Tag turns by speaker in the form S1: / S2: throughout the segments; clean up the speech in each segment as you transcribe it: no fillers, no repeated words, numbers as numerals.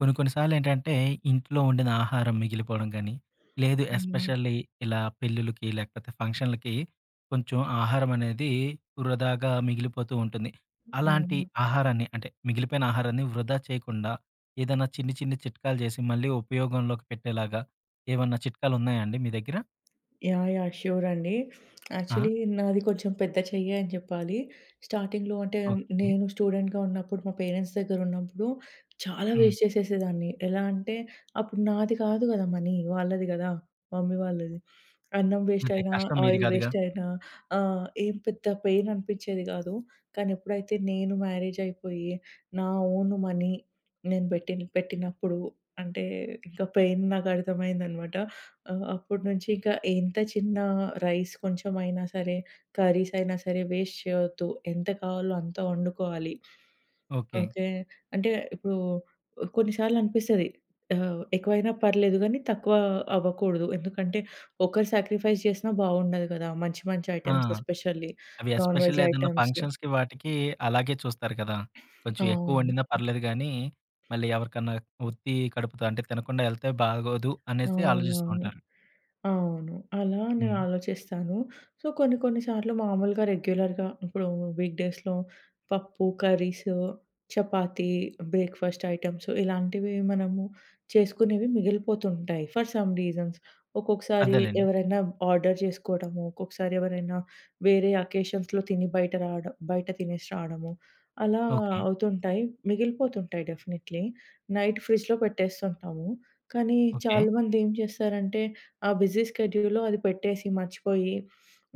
S1: కొన్ని కొన్ని సార్లేంటంటే, ఇంట్లో వండిన ఆహారం మిగిలిపోవడం గానీ, లేదు
S2: అవునా?
S1: ఎస్పెషల్లీ ఇలా పెళ్ళిళ్ళకి, లేకపోతే ఫంక్షన్‌లకి కొంచెం ఆహారమనేది వృధాగా మిగిలిపోతూ ఉంటుంది. అలాంటి
S2: అవును.
S1: ఆహారాన్ని అంటే, మిగిలిపోయిన ఆహారాన్ని వృధా చేయకుండా, ఏదన్నా చిన్ని, చిన్ని చిట్కాలు జేసి, మళ్ళీ ఉపయోగంలోకి పెట్టేలాగా ఏవన్నా చిట్కాలున్నాయా అండి మీ దగ్గర?
S2: యాహ్! యాహ్! ష్యూర్ అండి.
S1: ఆ!
S2: యాక్చువల్లీ, నాది కొంచెం పెద్ద చెయ్యే అని చెప్పాలి. స్టార్టింగ్‌లో అంటే
S1: ఓకే.
S2: నేను స్టూడెంట్‌గా ఉన్నప్పుడు, మా పేరెంట్స్ దగ్గర ఉన్నప్పుడు చాలా
S1: హ్మ్.
S2: వేస్ట్ చేసేసేదాన్ని. ఎలా అంటే అప్పుడు నాది కాదు కదా మనీ. వాళ్ళది కదా! మమ్మీ వాళ్ళది. అన్నం వేస్ట్
S1: అదే
S2: అయినా,
S1: కష్టం మీది
S2: ఆయిల్
S1: గాదుగా.
S2: వేస్ట్ అయినా ఏం పెద్ద పెయిన్ అనిపించేది కాదు. కానీ ఎప్పుడైతే నేను మ్యారేజ్ అయిపోయి నా ఓన్ మనీ నేను పెట్టినప్పుడు అంటే ఇంకా పెయిన్ నాకు అర్థమైందనమాట. ఆ! అప్పటి నుంచి ఇంకా ఎంత చిన్న రైస్ కొంచెమైనా సరే, కర్రీస్ అయినా సరే వేస్ట్ చేయొద్దు. ఎంత కావాలో అంత వండుకోవాలి.
S1: ఓకే.
S2: ఓకే. అంటే ఇప్పుడు కొన్నిసార్లు అనిపిస్తది. ఎక్కువైనా పర్లేదు గానీ తక్కువ అవ్వకూడదు. ఎందుకంటే ఒకరు సాక్రిఫైస్ చేసినా బాగుండదు కదా! మంచి మంచి
S1: ఆ!
S2: ఐటెమ్స్ ఎస్పెషల్లీ
S1: అవి
S2: నాన్ వెజ్
S1: ఎస్పెషల్లీ ఏదైనా
S2: ఐటెమ్స్.
S1: ఫంక్షన్స్‌కి వాటికి అలాగే చూస్తారు కదా! కొంచెం ఎక్కువ
S2: అవును.
S1: వండినా పర్లేదు గానీ, మళ్ళీ ఎవరికన్నా ఉత్తి కడుపుతో అంటే తినకుండా ఎళ్తే బాగోదు అనేసి ఆలోచిస్తూ
S2: అవునవును.
S1: ఉంటారు.
S2: అవును. అలా నేను
S1: హ్మ్.
S2: ఆలోచిస్తాను. సో, కొన్ని కొన్ని సార్లు మామూలుగా రెగ్యులర్‌గా ఇప్పుడు వీక్ డేస్‌లో పప్పు, కర్రీసు, చపాతీ, బ్రేక్‌ఫాస్ట్ ఐటెమ్స్ ఇలాంటివి మనము చేసుకునేవి మిగిలిపోతుంటాయి ఫర్ సమ్ రీజన్స్. ఒక్కొక్కసారి
S1: అదేలెండి.
S2: ఎవరైనా ఆర్డర్ చేసుకోవడము, ఒక్కొక్కసారి ఎవరైనా వేరే అకేషన్స్‌లో తిని బయట రావడం, బయట తినేసి రావడము. అలా
S1: ఓకే.
S2: అవుతుంటాయి. మిగిలిపోతుంటాయి డెఫినెట్‌లీ. నైట్ ఫ్రిడ్జ్‌లో పెట్టేస్తుంటాము. కానీ
S1: ఓకే.
S2: చాలా మంది ఏం చేస్తారంటే ఆ బిజీ స్కెడ్యూల్‌లో అది పెట్టేసి మర్చిపోయి,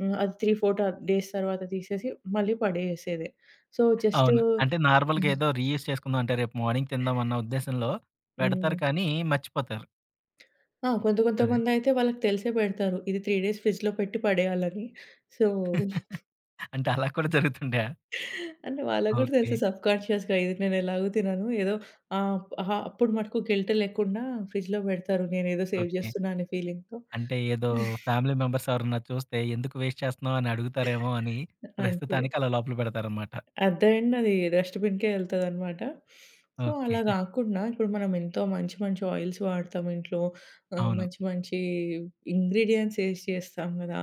S2: అది 3, 4 డేస్ తర్వాత తీసేసి మళ్ళీ పడేసేది. సో, జస్ట్
S1: అవును. అంటే నార్మల్‌గా ఏదో రీయూజ్ చేసుకుందాం అంటే రేపు మార్నింగ్ తిందాం అన్న ఉద్దేశంలో
S2: హ్మ్.
S1: పెడతారు కానీ మర్చిపోతారు.
S2: ఆ! కొంత
S1: అదే.
S2: కొంతమందైతే వాళ్ళకి తెలిసే పెడతారు. ఇది 3 డేస్ ఫ్రిడ్జ్‌లో పెట్టి పడేయాలని. సో,
S1: అంటే అలా కూడా జరుగుతుంటాయా?
S2: అంటే వాళ్ళకి గూడా
S1: ఓకే.
S2: తెలుసు సబ్‌కాన్షియస్‌గా ఇది నేను ఎలాగో తినను. ఏదో అహా! అప్పుడు మటుకు గిల్ట్ లేకుండా ఫ్రిడ్జ్‌లో పెడతారు. నేనేదో సేవ్
S1: ఓకే.
S2: చేస్తున్నా అనే ఫీలింగ్‌తో.
S1: అంటే ఏదో ఫ్యామిలీ మెంబర్స్ ఎవరన్నా చూస్తే ఎందుకు వేస్ట్ చేస్తున్నావు అని అడుగుతారేమో అని
S2: అంతే.
S1: ప్రస్తుతానికి అలా లోపల పెడతారనమాట.
S2: అట్ ద ఎండ్ అది డస్ట్‌బిన్‌కే ఎళ్తదనమాట. So,
S1: okay.
S2: అలా గాకుండా ఇప్పుడు మనం ఎంతో మంచి మంచి ఆయిల్స్ వాడతాం ఇంట్లో.
S1: అవును.
S2: మంచి మంచి ఇంగ్రీడియెంట్స్ ఏసి చేస్తాం గదా!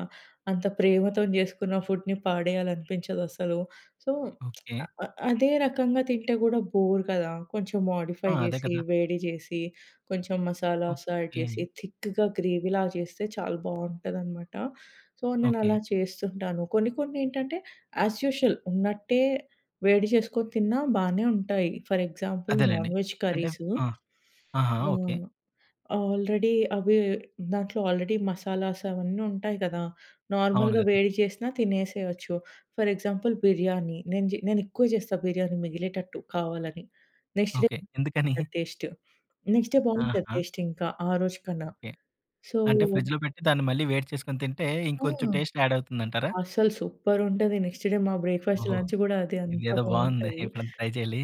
S2: అంత ప్రేమతోని చేసుకున్న ఫుడ్‌ని పాడేయాలనిపించదసలు. So,
S1: okay.
S2: అదే రకంగా తింటే గూడా బోర్ కదా! కొంచెం
S1: ఆ!
S2: మోడిఫై
S1: అదే
S2: జేసి,
S1: కదా!
S2: వేడి జేసి, కొంచెం మసాలాస్ యాడ్
S1: ఓకే.
S2: చేసి, థిక్‌గా గ్రేవీలా చేస్తే చాలా బావుంటదనమాట. So,
S1: okay.
S2: నేనలా చేస్తుంటాను. కొన్ని కొన్ని ఏంటంటే యాస్ యూజువల్ ఉన్నట్టే వేడి చేసుకొని తిన్నా బానే ఉంటాయి. ఫర్ ఎగ్జాంపుల్
S1: అదేలెండి.
S2: నాన్ వెజ్
S1: అంటే
S2: కర్రీసు.
S1: ఆ! ఆహా! ఓకే.
S2: ఆహ్, ఆల్రెడీ అవి దాంట్లో ఆల్రెడీ మసాలాస్ అవన్నీ ఉంటాయి కదా!
S1: అవును
S2: నార్మల్‌గా
S1: గదా!
S2: వేడి చేసినా తినేసేయొచ్చు. For example biryani. నేను ఎక్కువ చేస్తా బిర్యానీ మిగిలేటట్టు కావాలని. Next day
S1: okay. ఎందుకని?
S2: టేస్ట్. నెక్స్ట్ డే బావుంటది
S1: ఆహా!
S2: టేస్ట్ ఇంకా ఆ రోజు కన్నా.
S1: ఓకే.
S2: సో,
S1: అంటే ఫ్రిడ్జ్‌లో పెట్టి దాన్ని మళ్ళీ వేడి చేసుకొని తింటే
S2: ఆ!
S1: ఇంకొంచెం టేస్ట్ యాడ్ అవుతుందంటారా?
S2: అస్సలు సూపరుంటది. నెక్స్ట్ డే మా బ్రేక్‌ఫాస్ట్,
S1: ఓహో!
S2: లంచ్ గూడా అదే అంత
S1: ఇదేదో బావుంది.
S2: బావుంటది.
S1: ఎప్పుడైనా ట్రై చేయాలి.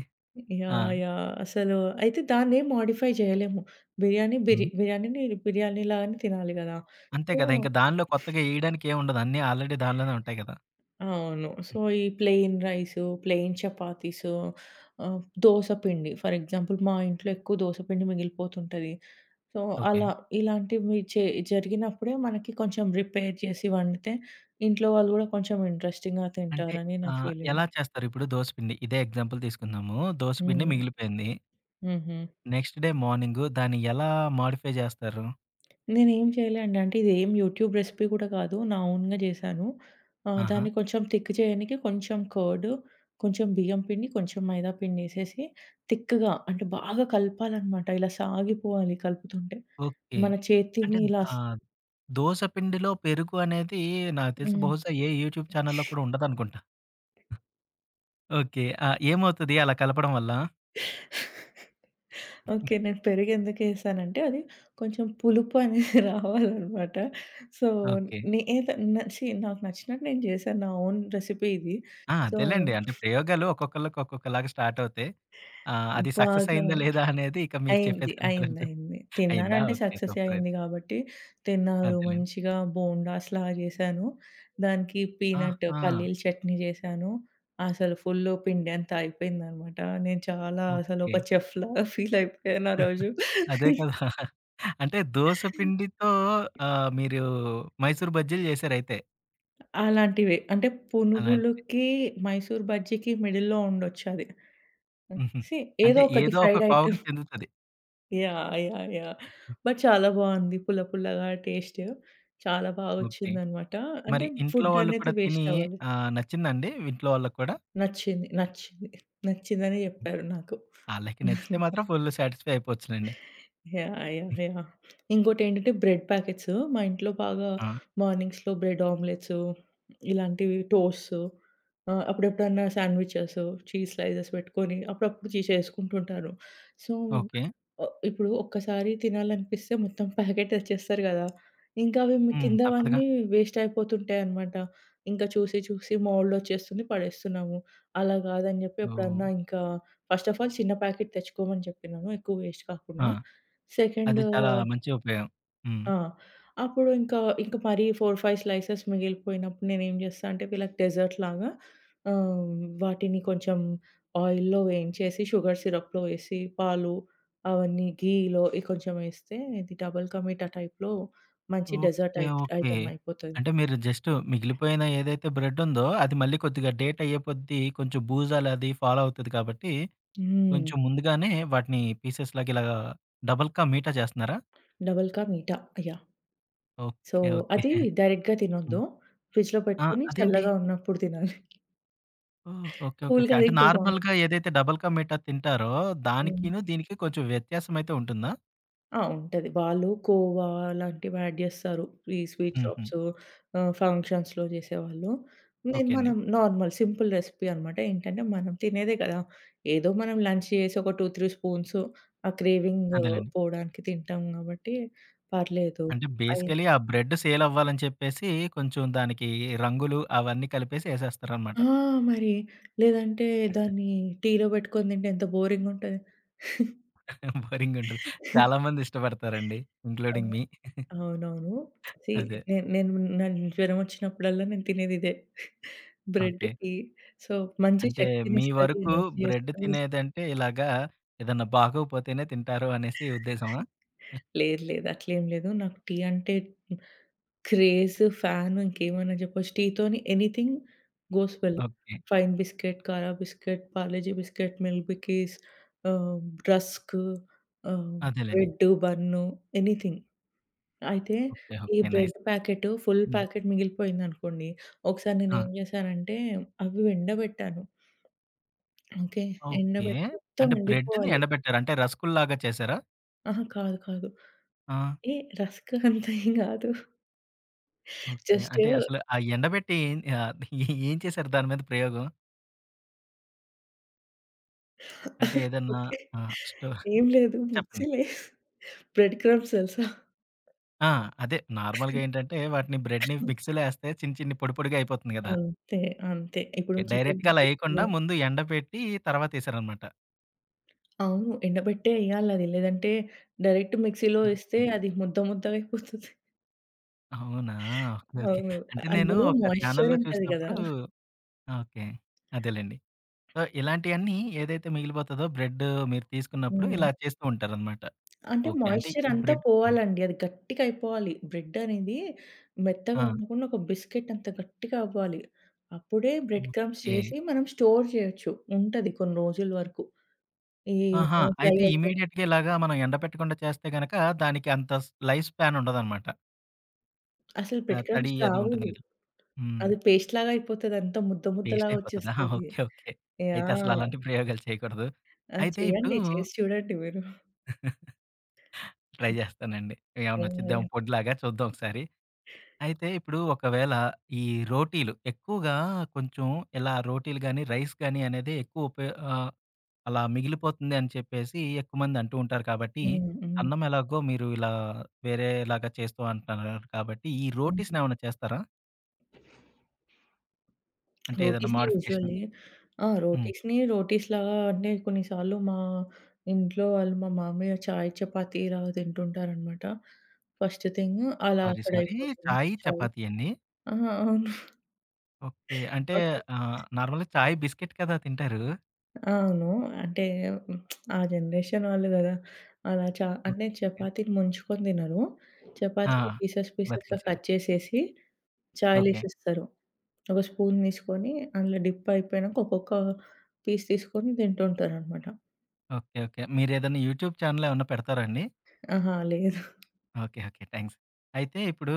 S1: ఆ!
S2: యాహ్! యాహ్! అసలు అయితే దాన్నేం మోడిఫై జేయలేము.
S1: హ్మ్.
S2: బిర్యానీని బిర్యానీ లాగానే తినాలి గదా!
S1: అంతే
S2: సో
S1: కదా! ఇంకా దానిలో కొత్తగా ఏయడానికి ఏముండదు. అన్నీ ఆల్రెడీ దానిలోనే ఉంటాయి కదా!
S2: అవును.
S1: హ్మ్.
S2: సో, ఈ ప్లెయిన్ రైసు, ప్లెయిన్ చపాతీసు, ఆహ్, దోస పిండి ఫర్ ఎగ్జాంపుల్ మా ఇంట్లో ఎక్కువ దోస పిండి మిగిలిపోతుంటది. So,
S1: okay.
S2: అలా ఇలాంటివి చే జరిగినప్పుడే మనకి కొంచెం రిపేర్ చేసి వండితే ఇంట్లో వాళ్ళు గూడా కొంచెం ఇంట్రెస్టింగ్‌గా
S1: అంటే
S2: తింటారని నా ఫీలింగ్.
S1: ఎలా చేస్తారు ఇప్పుడు దోస పిండి? ఇదే ఎగ్జాంపుల్ తీసుకుందాము. దోస పిండి
S2: హ్మ్.
S1: మిగిలిపోయింది.
S2: హుహు.
S1: నెక్స్ట్ డే మార్నింగు దాన్ని ఎలా మోడిఫై చేస్తారు?
S2: నేనేం చేయలే అండి. అంటే ఇదేం యూట్యూబ్ రెసిపీ కూడా కాదు. నా ఓన్‌గా జేశాను.
S1: ఆహా!
S2: దాన్ని కొంచెం థిక్ చేయనీకి కొంచెం కర్డ్, కొంచెం బియ్యం పిండి, కొంచెం మైదా పిండేసేసి థిక్‌గా అంటే బాగా కలపాలనమాట. ఇలా సాగిపోవాలి కలుపుతుంటే.
S1: ఓకే.
S2: మన
S1: అంటే
S2: చేతిని ఇలా
S1: ఆహ్, దోస పిండిలో పెరుగు అనేది నాకు తెలిసి
S2: హ్మ్.
S1: బహుశా ఏ యూట్యూబ్ ఛానెల్‌లో కూడా ఉండదనుకుంటా. ఓకే. ఆ! ఏమవుతది అలా కలపడం వల్ల?
S2: ఓకే. నేను పెరుగు ఎందుకేసానంటే అది కొంచెం పులుపు అనేది రావాలనమాట. So,
S1: okay.
S2: నేద న ఛీ నాకు నచ్చినట్టు నేను జేశాను. నా ఓన్ రెసిపీ ఇది.
S1: ఆ!
S2: సో,
S1: అదేలెండి. అంటే ప్రయోగాలు ఒక్కొక్కళ్ళకి ఒక్కొక్కలాగా స్టార్ట్ అవుతాయి. అది సక్సెస్
S2: బాగా
S1: అయిందా లేదా అనేది ఇక మీరు చెప్పే
S2: అయింది.
S1: దాని మీద
S2: అయింది.
S1: ఉంటుంది.
S2: అయింది.
S1: అయిందా?
S2: తిన్నారంటే
S1: ఓకే.
S2: సక్సెసే
S1: సూపర్
S2: అయింది
S1: అయితే.
S2: గాబట్టి, తిన్నారు.
S1: అదేలెండి.
S2: మంచిగా బోండాస్‌లా జేశాను. దానికి పీనట్
S1: ఆహా!
S2: పల్లీలు చట్నీ జేశాను. అసలు ఫుల్లు పిండి అంతా అయిపోయిందనమాట. నేను చాలా అసలు
S1: ఓకే.
S2: ఒక చెఫ్‌లాగా ఫీల్ అయిపోయాను ఆ రోజు.
S1: అదే కదా! అంటే దోస పిండితో మీరు మైసూర్ బజ్జీలు చేసారైతే
S2: అలాంటివే. అంటే
S1: అలాంటిది.
S2: పునుగులుకి, మైసూర్ బజ్జీకి మిడిల్‌లో ఉండొచ్చది. హ్మ్.
S1: హుహు.
S2: సీ, ఏదో
S1: అంటే
S2: ఒకటి
S1: ఏదో ఒక
S2: ఫ్రైడ్
S1: కోవకి
S2: ఐటెమ్.
S1: చెందుతది.
S2: యాహ్! యాహ్! యాహ్! బట్ చాలా బాగుంది. పుల్ల పుల్లగా టేస్ట్. చాలా
S1: ఓకే.
S2: బాగొచ్చిందనమాట.
S1: మరి
S2: అంటే
S1: ఇంట్లో
S2: ఫుడ్
S1: వాళ్ళు
S2: అనేది
S1: కూడా తిని
S2: వేస్ట్ అవ్వలే.
S1: నచ్చిందండి ఇంట్లో వాళ్ళకి కూడా?
S2: నచ్చింది. నచ్చింది. నచ్చిందనే చెప్పారు నాకు.
S1: ఆళ్ళకి నచ్చితే మాత్రం ఫుల్ సాటిస్ఫై అయిపోవచ్చులెండి.
S2: యాహ్! యాహ్! యాహ్! ఇంకోటేంటంటే బ్రెడ్ ప్యాకెట్స్ మా ఇంట్లో బాగా
S1: ఆ!
S2: మార్నింగ్స్‌లో బ్రెడ్ ఆమ్లెట్స్ ఇలాంటివి టోస్ట్స్, అప్పుడెప్పుడన్నా శాండ్‌విచెస్, చీజ్ స్లైసెస్ పెట్టుకొని అప్పుడప్పుడు చేసుకుంటుంటాను. So,
S1: okay.
S2: ఇప్పుడు ఒక్కసారి తినాలనిపిస్తే మొత్తం ప్యాకెట్ తెచ్చేస్తారు కదా! ఇంకా అవి
S1: హ్మ్. తప్పదుగా.
S2: కిందవన్నీ వేస్ట్ అయిపోతుంటాయన్నమాట. ఇంకా చూసి చూసి మోల్డొచ్చేస్తుంది పడేస్తున్నాము. అలా కాదని చెప్పి
S1: ఓహ్!
S2: ఎప్పుడన్నా ఇంకా ఫస్ట్ ఆఫ్ ఆల్ చిన్న ప్యాకెట్ తెచ్చుకోమని చెప్పినాను ఎక్కువ వేస్ట్
S1: ఆ!
S2: కాకుండా.
S1: అది
S2: సెకండు
S1: చాలా మంచి ఉపయోగం. హ్మ్.
S2: ఆ! అప్పుడు ఇంకా మరీ 4, 5 స్లైసెస్ మిగిలిపోయినప్పుడు నేనేం చేస్తా అంటే వీళ్ళకి డెజర్ట్ లాగా ఆహ్, వాటిని కొంచెం ఆయిల్‌లో వేయించేసి, షుగర్ సిరప్‌లో వేసి, పాలు అవన్నీ ఘీలో కొంచెం ఏస్తే ఇది డబుల్ కా మీఠా టైప్‌లో మంచి డెజర్ట్
S1: ఓకే. ఓకే.
S2: ఐటెమ్ అయిపోతది.
S1: అంటే మీరు జస్ట్ మిగిలిపోయిన ఏదైతే బ్రెడ్ ఉందో అది మళ్ళీ కొద్దిగా డేట్ అయ్యే కొద్దీ కొంచెం బూజాలది ఫాలో అవుతది కాబట్టి
S2: హ్మ్.
S1: కొంచెం ముందుగానే వాటిని పీసెస్‌లాగా ఇలాగా డబల్‌కా మీఠా చేస్తున్నారా?
S2: Double ka meetha. Yeah! So,
S1: okay. Okay.
S2: అది డైరెక్ట్‌గా
S1: హ్మ్.
S2: తినొద్దు. ఫ్రిడ్జ్‌లో
S1: ఆ!
S2: పెట్టుకొని
S1: అదేంటి?
S2: చల్లగా ఉన్నప్పుడు తినాలి.
S1: ఓహ్! ఓకే. ఓకే. ఓకే.
S2: కూల్‌గా తింటే
S1: అంటే నార్మల్‌గా ఏదైతే డబుల్ కా మీఠా తింటారో
S2: బావుంటుంది.
S1: దానికిను, దీనికి కొంచెం వ్యత్యాసం అయితే ఉంటుందా?
S2: ఆ! ఉంటది. వాళ్ళు కోవా లాంటివి యాడ్ జేస్తారు. ఈ స్వీట్
S1: హుహు.
S2: షాప్స్, ఫంక్షన్స్‌లో జేసేవాళ్ళు. నేను
S1: ఓకే అండి.
S2: మనం నార్మల్ సింపుల్ రెసిపీ అనమాట. ఏంటంటే మనం తినేదే కదా! ఏదో మనం లంచ్ చేసి ఒక 2, 3 స్పూన్స్ ఆ క్రేవింగ్
S1: అదేలెండి.
S2: పోవడానికి తింటాం కాబట్టి పర్లేదు.
S1: అంటే
S2: అయి
S1: బేసికలీ ఆ బ్రెడ్ సేల్ అవ్వాలని చెప్పేసి కొంచెం దానికి రంగులు అవన్నీ కలిపేసి ఏసేస్తారనమాట.
S2: ఆ! మరి లేదంటే దాన్ని టీలో పెట్టుకొని తింటే ఎంత బోరింగ్ ఉంటది.
S1: బోరింగ్ ఉంటది. చాలా మంది ఇష్టపడతారండి.
S2: ఆ!
S1: Including me.
S2: అవునవును. సీ,
S1: అదే.
S2: నేను నేను నాకు జ్వరం వచ్చినప్పుడల్లా నేను తినేది ఇదే.
S1: ఓకే.
S2: బ్రెడ్‌కి. సో, మంచి
S1: అంటే మీ
S2: శక్తినిస్తది.
S1: వరకు
S2: ఎనర్జీ
S1: బ్రెడ్
S2: ఇస్తది.
S1: తినేదంటే ఇలాగా ఏదన్నా బాగోపోతేనే తింటారు అనేసి ఉద్దేశమా?
S2: లేదు, లేదు. అట్లేం లేదు. నాకు టీ అంటే క్రేజ్, ఫ్యాన్ ఇంకేమన్నా చెప్పొచ్చు. టీతోని anything goes well.
S1: Okay.
S2: Fine biscuit, khara biscuit, Parle G biscuit, milk Bikis, ah, rusk, ah,
S1: అదేలెండి.
S2: Bread, bun anything. అయితే
S1: ఓకే.
S2: ఈ
S1: okay. Nice.
S2: Bread packet, full
S1: హ్మ్.
S2: ప్యాకెట్ మిగిలిపోయిందనుకోండి, ఒకసారి
S1: ఆ!
S2: నేనేం చేశానంటే అవి ఎండబెట్టాను. ఓకే.
S1: ఓకే.
S2: ఎండబెట్టి మొత్తం
S1: అంటే బ్రెడ్‌ని
S2: ఎండిపోవాలి.
S1: ఎండబెట్టారు. అంటే రసగుల్లాగా చేసారా?
S2: అహా! కాదు. కాదు.
S1: ఆ!
S2: ఏ రస్క్ అంత ఏం గాదు.
S1: ఓకే.
S2: జస్ట్
S1: అంటే అసలు ఆ ఎండబెట్టి ఏం చేశారు దాని మీద ప్రయోగం? అంటే ఏదన్నా
S2: ఓకే.
S1: ఆ! స్టో
S2: ఏం లేదు.
S1: చెప్పండి.
S2: మిక్సీలో బ్రెడ్ క్రమ్స్ తెలుసా?
S1: ఆ! అదే నార్మల్‌గా ఏంటంటే వాటిని బ్రెడ్‌ని మిక్సీలో ఏస్తే చిన్న చిన్ని పొడి పొడిగా అయిపోతుంది గదా!
S2: అంతే. అంతే. ఇప్పుడు
S1: ఓకే.
S2: చికెన్
S1: డైరెక్ట్‌గా అలా
S2: నగ్గెట్స్
S1: ఏయకుండా ముందు ఎండబెట్టి తర్వాత ఏసారనమాట.
S2: అవును. ఎండబెట్టే ఎయాలది. లేదంటే డైరెక్ట్ మిక్సీలో ఏస్తే
S1: ఓకే.
S2: అది ముద్ద ముద్దగయిపోతది.
S1: అవునా? ఓకే. ఓకే.
S2: అవును.
S1: అంటే నేను
S2: అందులో
S1: ఒక
S2: మాయిశ్చర్
S1: ఛానెల్‌లో
S2: ఉంటది గదా!
S1: చూసినప్పుడు ఓకే. అదేలెండి. సో, ఇలాంటియన్నీ ఏదైతే మిగిలిపోతదో బ్రెడ్ మీరు తీసుకున్నప్పుడు
S2: హ్మ్.
S1: ఇలా చేస్తూ ఉంటారనమాట.
S2: అంటే
S1: ఓకే. అంటే
S2: మాయిశ్చర్
S1: ఈ
S2: అంతా
S1: బ్రెడ్ హ్మ్.
S2: పోవాలండి. అది గట్టిగా అయిపోవాలి. బ్రెడ్ అనేది మెత్తగా
S1: ఆ!
S2: ఉండకుండా ఒక బిస్కెట్ అంత గట్టిగా అవ్వాలి. అప్పుడే బ్రెడ్ క్రమ్స్
S1: ఓకే.
S2: చేసి మనం స్టోర్ చేయొచ్చు. ఉంటది కొన్ని రోజుల వరకు. ఈ
S1: ఆహా!
S2: ఫ్రై
S1: అయితే
S2: ఐటెమ్స్
S1: ఇమ్మీడియేట్‌గా ఇలాగా మనం ఎండబెట్టకుండా చేస్తే గనక దానికి అంత లైఫ్ స్పాన్ ఉండదనమాట.
S2: అసలు
S1: ఆ!
S2: బ్రెడ్
S1: తడి
S2: క్రమ్స్
S1: అది
S2: రావు.
S1: ఉంటుంది గదా! హ్మ్.
S2: అది పేస్ట్ లాగా అయిపోతది. అంత ముద్ద
S1: పేస్ట్
S2: ముద్దలాగా
S1: అయిపోతదా?
S2: వచ్చేస్తది.
S1: ఓకే. ఓకే. అయితే అసలు
S2: యాహ్!
S1: అలాంటి ప్రయోగాలు చేయకూడదు.
S2: ఆ!
S1: అయితే ఇప్పుడు
S2: చేయండి. చేసి చూడండి మీరు.
S1: ట్రై జేస్తానండి. ఏమన్నా
S2: యాహ్!
S1: వచ్చిద్దేమో
S2: యాహ్!
S1: పొడిలాగా చూద్దాం ఒకసారి. అయితే ఇప్పుడు ఒకవేళ ఈ రోటీలు ఎక్కువగా కొంచెం ఇలా రోటీలు గాని, రైస్ గాని అనేది అలా మిగిలిపోతుంది అని చెప్పేసి ఎక్కువ మంది అంటూ ఉంటారు కాబట్టి,
S2: హ్మ్. హ్మ్.
S1: అన్నం ఎలాగో మీరు ఇలా వేరేలాగా చేస్తూ అంటున్నారు కాబట్టి, ఈ
S2: హ్మ్.
S1: రోటీస్‌నేమన్నా చేస్తారా? అంటే ఏదైనా
S2: రోటీస్‌ని
S1: మోడిఫికేషన్?
S2: యూజువల్లీ ఆ!
S1: హ్మ్.
S2: రోటీస్‌ని రోటీస్‌లాగా, అంటే కొన్ని సార్లు మా ఇంట్లో వాళ్ళు, మా మామయ్య చాయ్, చపాతీ ఇలాగ తింటుంటారనమాట. ఫస్ట్ థింగ్ అలా
S1: సారీ, సారీ.
S2: అక్కడయిపోతుంది
S1: చాయ్,
S2: చాయ్.
S1: చపాతీ అండి.
S2: అహా! అవును.
S1: ఓకే. అంటే
S2: ఓకే.
S1: నార్మల్‌గా చాయ్, బిస్కిట్ కదా తింటారు.
S2: అవును. అంటే ఆ జనరేషన్ వాళ్ళు గదా! అలా చ అంటే
S1: ఓకే.
S2: చపాతీని ముంచుకొని తినరు.
S1: ఆ!
S2: చపాతీని పీసెస్ పీసెస్‌గా
S1: బతికించారు.
S2: కట్ చేసేసి
S1: ఓకే.
S2: చాయ్‌లేసేస్తారు. ఒక స్పూన్ తీసుకొని అందులో డిప్ అయిపోయినాక ఒక్కొక్క పీస్ తీసుకొని తింటుంటారనమాట.
S1: ఓకే. ఓకే. మీరేదైనా యూట్యూబ్ ఛానల్ ఏమన్నా పెడతారా అండి?
S2: ఆహా! లేదు.
S1: ఓకే. ఓకే. థాంక్స్. అయితే ఇప్పుడు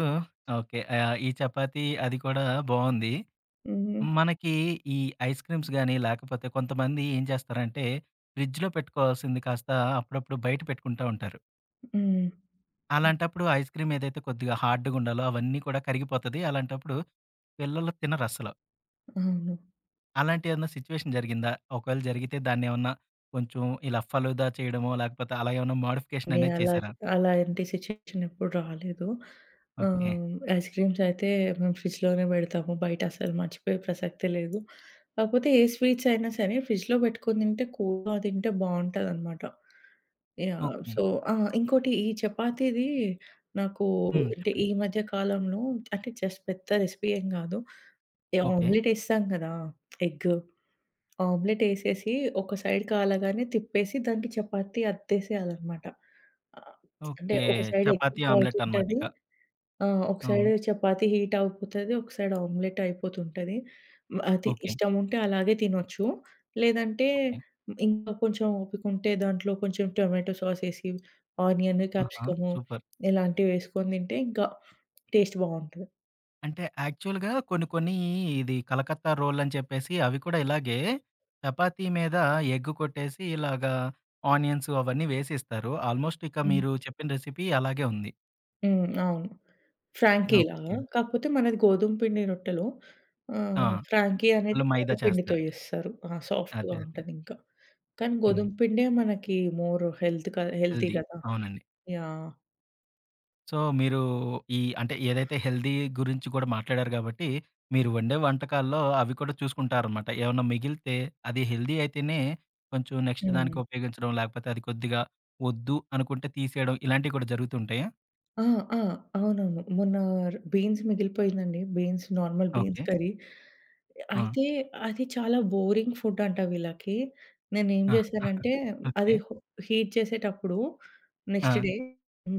S1: ఓకే. ఈ చపాతీ అది కూడా బావుంది.
S2: హుహు.
S1: మనకి ఈ ఐస్ క్రీమ్స్ గాని, లేకపోతే కొంతమంది ఏం చేస్తారంటే, ఫ్రిడ్జ్‌లో పెట్టుకోవాల్సింది కాస్త అప్పుడప్పుడు బయట పెట్టుకుంటా ఉంటారు.
S2: హ్మ్.
S1: అలాంటప్పుడు ఐస్ క్రీమ్ ఏదైతే కొద్దిగా హార్డ్‌గుండాలో అవన్నీ కూడా కరిగిపోతది. అలాంటప్పుడు పిల్లలు తినరసలు.
S2: అవును.
S1: అలాంటి ఏమన్నా సిట్యుయేషన్ జరిగిందా? ఒకవేళ జరిగితే దాన్నేమన్నా కొంచెం ఇలా ఫలూదా చేయడమో, లేకపోతే అలా ఏమన్నా మోడిఫికేషన్
S2: అంటే
S1: అనేది
S2: అలా
S1: చేశారా?
S2: అలాంటి సిట్యుయేషన్ ఎప్పుడు రాలేదు.
S1: ఓకే.
S2: ఐస్ క్రీమ్స్ అయితే మేము ఫ్రిడ్జ్‌లోనే పెడతాము. బయట అసలు మర్చిపోయే ప్రసక్తే లేదు. కాకపోతే ఏ స్వీట్స్ అయినా సరే ఫ్రిడ్జ్‌లో పెట్టుకొని తింటే కూల్‌గా తింటే బావుంటదనమాట. యాహ్!
S1: ఓకే.
S2: సో, ఆ! ఇంకోటి, ఈ చపాతీది నాకు
S1: హ్మ్.
S2: అంటే
S1: చెప్పండి.
S2: ఈ మధ్య కాలంలో, అంటే జస్ట్ పెద్ద రెసిపీ ఏం గాదు. ఈ
S1: ఓకే.
S2: ఆమ్లెట్ ఏస్తాం కదా! ఎగ్ ఆమ్లెట్ ఎసేసి ఒక సైడ్ కాలగానే తిప్పేసి దానికి చపాతీ అద్దేసేయాలనమాట. ఆహ్,
S1: ఓకే.
S2: అంటే ఒక సైడ్
S1: చపాతీ
S2: ఎగ్
S1: ఆమ్లెట్ అనమాట
S2: కాలుతుంటది.
S1: ఇక.
S2: ఆ! ఒక
S1: హ్మ్.
S2: సైడ్ చపాతీ హీట్ అవుపోతది. ఒక సైడ్ ఆమ్లెట్ అయిపోతుంటది. అది
S1: ఓకే.
S2: ఇష్టముంటే అలాగే తినొచ్చు. లేదంటే
S1: ఓకే.
S2: ఇంకా కొంచెం ఓపికుంటే దాంట్లో కొంచెం టొమాటో సాసేసి, ఆనియన్,
S1: ఆహా!
S2: Capsicum
S1: super.
S2: ఇలాంటివేసుకొని తింటే ఇంకా టేస్ట్ బావుంటది.
S1: అంటే యాక్చువల్‌గా కొన్ని కొన్ని ఇది కలకత్తా రోలని చెప్పేసి అవి కూడా ఇలాగే చపాతీ మీద ఎగ్ కొట్టేసి ఇలాగా ఆనియన్స్ అవన్నీ వేసి ఇస్తారు. ఆల్మోస్ట్ ఇక
S2: హ్మ్.
S1: మీరు చెప్పిన రెసిపీ అలాగే ఉంది.
S2: హ్మ్. అవును. ఫ్రాంకీ లాగా.
S1: ఓకే.
S2: కాకపోతే మనది గోధుమ పిండి రొట్టెలు. ఆహ్,
S1: ఆ!
S2: ఫ్రాంకీ అనేది
S1: వాళ్ళు మైదా
S2: మైదా పిండితో
S1: చేస్తారు.
S2: చేస్తారు. ఆ! సాఫ్ట్‌గా
S1: అదే. అదే.
S2: ఉంటదింకా. కానీ
S1: హ్మ్.
S2: గోధుమ పిండే మనకి మోర్ హెల్త్ క హెల్తీ
S1: హెల్తీ.
S2: కదా!
S1: అవునండి.
S2: యాహ్!
S1: సో, మీరు ఈ అంటే ఏదైతే హెల్తీ గురించి కూడా మాట్లాడారు గాబట్టి, మీరు వండే వంటకాల్లో అవి కూడా చూసుకుంటారనమాట. ఏమన్నా మిగిలితే అది హెల్తీ అయితేనే కొంచెం నెక్స్ట్
S2: హ్మ్.
S1: దానికి ఉపయోగించడం, లేకపోతే అది కొద్దిగా వద్దు అనుకుంటే తీసేయడం ఇలాంటివి కూడా జరుగుతూ ఉంటాయా?
S2: ఆ! ఆ! అవునవును. మొన్న బీన్స్ మిగిలిపోయిందండి. Beans, normal
S1: okay.
S2: Beans curry.
S1: ఆ!
S2: అయితే అది చాలా బోరింగ్ ఫుడ్ అంట వీళ్ళకి. నేనేం
S1: ఆ!
S2: చేశానంటే అది
S1: ఓకే.
S2: హీట్ చేసేటప్పుడు
S1: ఆ!
S2: నెక్స్ట్ డే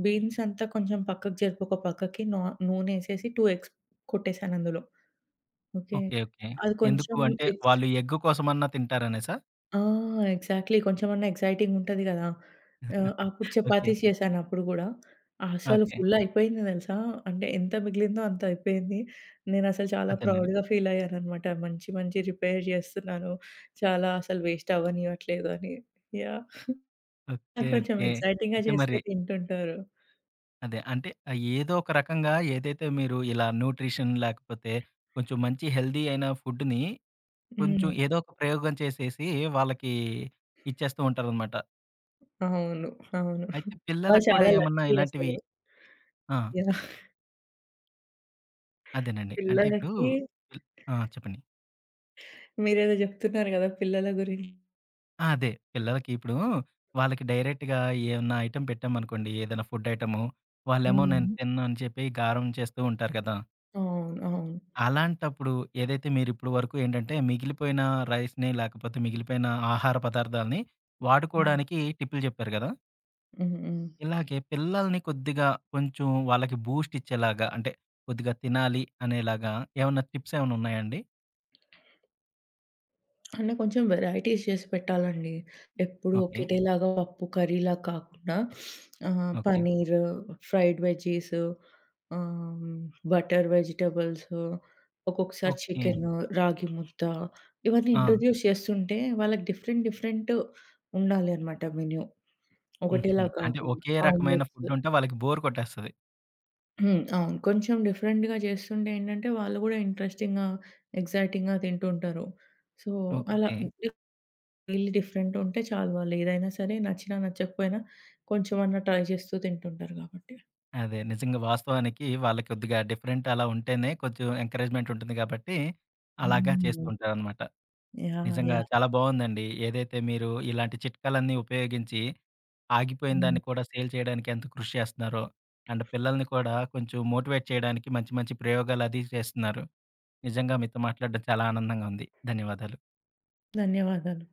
S2: బీన్స్ అంతా కొంచెం పక్కకు జరిపి ఒక పక్కకి నూనె ఏసేసి 2 ఎగ్స్ కొట్టేసాను అందులో. ఓకే.
S1: ఓకే. ఓకే.
S2: అది
S1: ఎందుకు
S2: కొంచెం
S1: అంటే
S2: ఎగ్స్
S1: వాళ్ళు ఎగ్ కోసమన్నా తింటారనేసా?
S2: ఆ! ఎగ్జాక్ట్‌లీ. కొంచెమన్నా ఎక్సైటింగ్ ఉంటది గదా! అప్పుడు
S1: ఓకే.
S2: చపాతీస్ చేశాను అప్పుడు గూడా. అసలు
S1: ఓకే.
S2: ఫుల్ అయిపోయింది దెలుసా! అంటే ఎంత మిగిలిందో అంత అయిపోయింది. నేనసలు చాలా
S1: అదేనండి.
S2: ప్రౌడ్‌గా ఫీల్ అయ్యాననమాట. మంచి మంచి రిపేర్ జేస్తున్నాను. చాలా అసలు వేస్ట్ అవ్వనియట్లేదు అని. యాహ్!
S1: ఓకే.
S2: నాకు కొంచెం
S1: ఓకే.
S2: ఎక్సైటింగ్‌గా
S1: అయితే
S2: చేస్తే
S1: మరి
S2: తింటుంటారు.
S1: అదే. అంటే ఏదో ఒక రకంగా ఏదైతే మీరు ఇలా న్యూట్రిషన్ లేకపోతే కొంచెం మంచి హెల్తీ అయిన ఫుడ్‌ని కొంచెం
S2: హ్మ్.
S1: ఏదో ఒక ప్రయోగం చేసేసి వాళ్ళకి ఇచ్చేస్తూ ఉంటారనమాట.
S2: అవును. అవును.
S1: అయితే
S2: వాళ్ళు
S1: పిల్లలకు కూడా
S2: చాలా
S1: ఏమన్నా
S2: లక్కీ
S1: ఇలాంటివి
S2: అసలు.
S1: ఆ!
S2: యాహ్!
S1: అదేనండి. అంటే ఇప్పుడు
S2: పిల్లలకి
S1: పిల్ ఆ! చెప్పండి.
S2: మీరేదో జెప్తున్నారు గదా! పిల్లల గురించి.
S1: ఆ! అదే పిల్లలకి ఇప్పుడు వాళ్ళకి డైరెక్ట్‌గా ఏమన్నా ఐటెమ్ పెట్టామనుకోండి ఏదైనా ఫుడ్ ఐటెము, వాళ్ళేమో నేను
S2: హ్మ్.
S1: తినను అని చెప్పి గారం చేస్తూ ఉంటారు కదా!
S2: అవును. అవును.
S1: అలాంటప్పుడు ఏదైతే మీరిప్పటి వరకు ఏంటంటే, మిగిలిపోయిన రైస్‌ని లేకపోతే మిగిలిపోయిన ఆహార పదార్థాల్ని
S2: హ్మ్.
S1: వాడుకోవడానికి టిప్పులు చెప్పారు గదా!
S2: హ్మ్. హ్మ్.
S1: ఇలాగే పిల్లల్ని కొద్దిగా కొంచెం వాళ్ళకి బూస్ట్ ఇచ్చేలాగా అంటే కొద్దిగా తినాలి అనేలాగా ఏమన్నా టిప్స్ ఏమన్నా ఉన్నాయా అండి?
S2: అంటే కొంచెం వెరైటీస్ చేసి పెట్టాలండి. ఎప్పుడు
S1: ఓకే.
S2: ఒకటేలాగా పప్పు కర్రీలా కాకుండా
S1: okay.
S2: Paneer, fried veggies, ah, butter vegetables, ఒక్కొక్కసారి
S1: ఓకే.
S2: చికెన్, రాగి ముద్ద, ఇవన్నీ
S1: ఆ!
S2: ఇంట్రొడ్యూస్ చేస్తుంటే వాళ్ళకి డిఫరెంట్ డిఫరెంట్ ఉండాలి అన్నమాట మెన్యూ.
S1: హుహు.
S2: ఒకటేలా
S1: అంటే
S2: కాకుండా
S1: ఒకే రకమైన
S2: ఆమ్లెట్స్.
S1: ఫుడ్ ఉంటే వాళ్ళకి బోర్ కొట్టేస్తది.
S2: హ్మ్. అవును. కొంచెం డిఫరెంట్‌గా చేస్తుంటే ఏంటంటే వాళ్ళు కూడా ఇంట్రెస్టింగ్‌గా, ఎక్సైటింగ్‌గా తింటుంటారు. సో, అలా
S1: ఓకే.
S2: వీళ్ళు డిఫరెంట్ ఉంటే చాలు వాళ్ళేదైనా సరే నచ్చినా నచ్చకపోయినా కొంచెమన్నా ట్రై చేస్తూ తింటుంటారు కాబట్టి.
S1: అదే నిజంగా వాస్తవానికి వాళ్ళకి కొద్దిగా డిఫరెంట్ అలా ఉంటేనే కొంచెం ఎంకరేజ్‌మెంట్ ఉంటుంది గాబట్టి అలాగా చేస్తూ
S2: హ్మ్.
S1: ఉంటారనమాట.
S2: యాహ్!
S1: నిజంగా
S2: యాహ్!
S1: చాలా బావుందండి. ఏదైతే మీరు ఇలాంటి చిట్కాలన్నీ ఉపయోగించి, ఆగిపోయిన
S2: హ్మ్.
S1: దాన్ని కూడా సేల్ చేయడానికి ఎంత కృషి చేస్తున్నారో, అండ్ పిల్లల్ని కూడా కొంచెం మోటివేట్ చేయడానికి మంచి మంచి ప్రయోగాలది చేస్తున్నారు. నిజంగా మీతో మాట్లాడడం చాలా ఆనందంగా ఉంది. ధన్యవాదాలు.
S2: ధన్యవాదాలు.